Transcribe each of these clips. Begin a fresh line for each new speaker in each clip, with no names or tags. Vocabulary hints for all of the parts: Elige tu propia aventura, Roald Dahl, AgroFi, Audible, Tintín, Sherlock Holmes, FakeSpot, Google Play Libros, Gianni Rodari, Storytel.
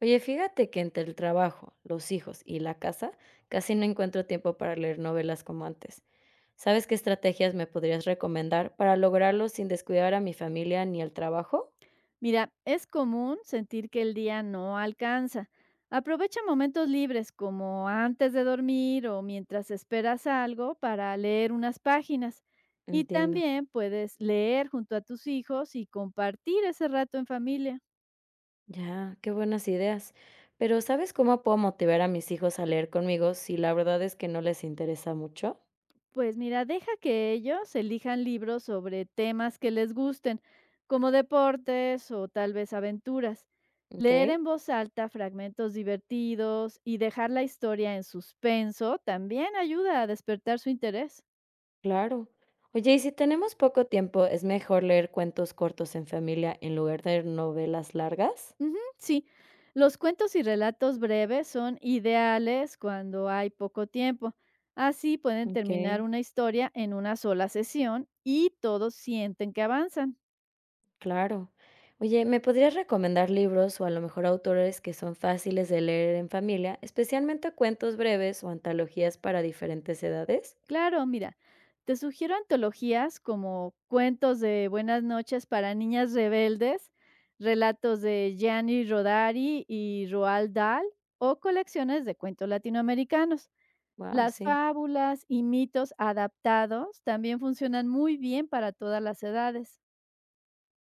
Oye, fíjate que entre el trabajo, los hijos y la casa, casi no encuentro tiempo para leer novelas como antes. ¿Sabes qué estrategias me podrías recomendar para lograrlo sin descuidar a mi familia ni el trabajo?
Mira, es común sentir que el día no alcanza. Aprovecha momentos libres como antes de dormir o mientras esperas algo para leer unas páginas. Y
Entiendo.
también puedes leer junto a tus hijos y compartir ese rato en familia.
Ya, qué buenas ideas. Pero ¿sabes cómo puedo motivar a mis hijos a leer conmigo si la verdad es que no les interesa mucho?
Pues mira, deja que ellos elijan libros sobre temas que les gusten, como deportes o tal vez aventuras.
Ok,
Leer en voz alta fragmentos divertidos y dejar la historia en suspenso también ayuda a despertar su interés.
claro. Oye, y si tenemos poco tiempo, ¿es mejor leer cuentos cortos en familia en lugar de novelas largas?
Ujú, sí, los cuentos y relatos breves son ideales cuando hay poco tiempo. Así pueden terminar
Ok.
una historia en una sola sesión y todos sienten que avanzan.
Claro. Oye, ¿me podrías recomendar libros o a lo mejor autores que son fáciles de leer en familia, especialmente cuentos breves o antologías para diferentes edades?
Claro, mira, te sugiero antologías como Cuentos de Buenas Noches para Niñas Rebeldes, relatos de Gianni Rodari y Roald Dahl o colecciones de cuentos latinoamericanos.
Wow,
Las
sí.
fábulas y mitos adaptados también funcionan muy bien para todas las edades.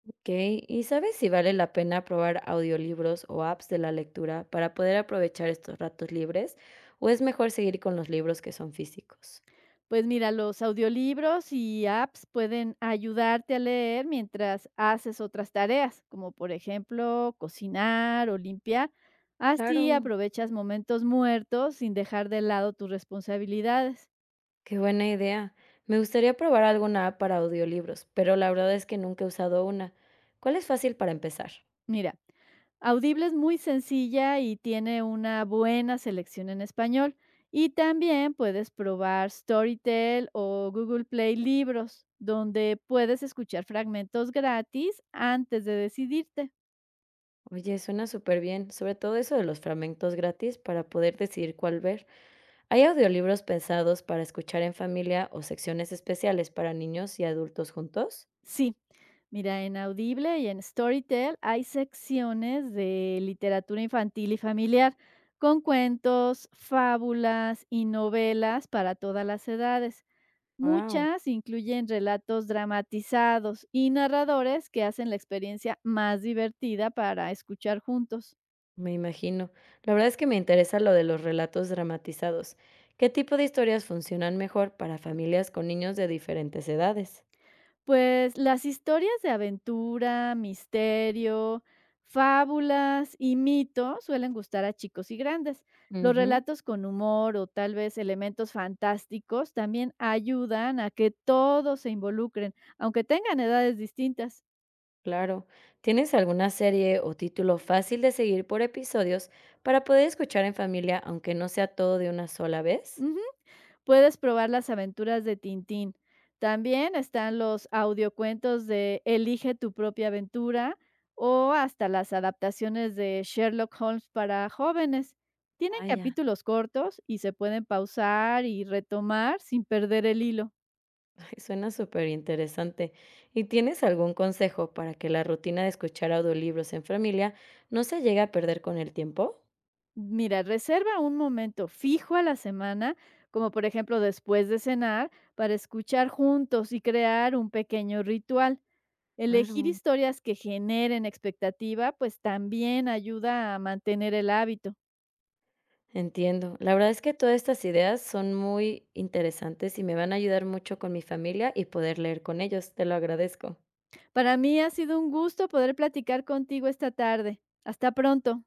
Ok. ¿Y sabes si vale la pena probar audiolibros o apps de la lectura para poder aprovechar estos ratos libres? ¿O es mejor seguir con los libros que son físicos?
Pues mira, los audiolibros y apps pueden ayudarte a leer mientras haces otras tareas, como por ejemplo cocinar o limpiar. Así
Claro,
aprovechas momentos muertos sin dejar de lado tus responsabilidades.
qué buena idea. Me gustaría probar alguna app para audiolibros, pero la verdad es que nunca he usado una. ¿Cuál es fácil para empezar?
Mira, Audible es muy sencilla y tiene una buena selección en español. Y también puedes probar Storytel o Google Play Libros, donde puedes escuchar fragmentos gratis antes de decidirte.
Oye, suena súper bien, sobre todo eso de los fragmentos gratis para poder decidir cuál ver. ¿Hay audiolibros pensados para escuchar en familia o secciones especiales para niños y adultos juntos?
Sí, mira, en Audible y en Storytel hay secciones de literatura infantil y familiar con cuentos, fábulas y novelas para todas las edades.
Wow,
Muchas incluyen relatos dramatizados y narradores que hacen la experiencia más divertida para escuchar juntos.
me imagino. La verdad es que me interesa lo de los relatos dramatizados. ¿Qué tipo de historias funcionan mejor para familias con niños de diferentes edades?
Pues las historias de aventura, misterio, fábulas y mitos suelen gustar a chicos y grandes. Los
Ujú,
relatos con humor o tal vez elementos fantásticos también ayudan a que todos se involucren, aunque tengan edades distintas.
claro. ¿Tienes alguna serie o título fácil de seguir por episodios para poder escuchar en familia aunque no sea todo de una sola vez?
Ujú. Puedes probar las aventuras de Tintín. También están los audiocuentos de Elige tu propia aventura o hasta las adaptaciones de Sherlock Holmes para jóvenes. Tienen
Vaya,
capítulos cortos y se pueden pausar y retomar sin perder el hilo.
ay, suena súper interesante. ¿Y tienes algún consejo para que la rutina de escuchar audiolibros en familia no se llegue a perder con el tiempo?
Mira, reserva un momento fijo a la semana, como por ejemplo después de cenar, para escuchar juntos y crear un pequeño ritual. Elegir
Claro.
historias que generen expectativa, pues también ayuda a mantener el hábito.
Entiendo. La verdad es que todas estas ideas son muy interesantes y me van a ayudar mucho con mi familia y poder leer con ellos. Te lo agradezco.
Para mí ha sido un gusto poder platicar contigo esta tarde. Hasta pronto.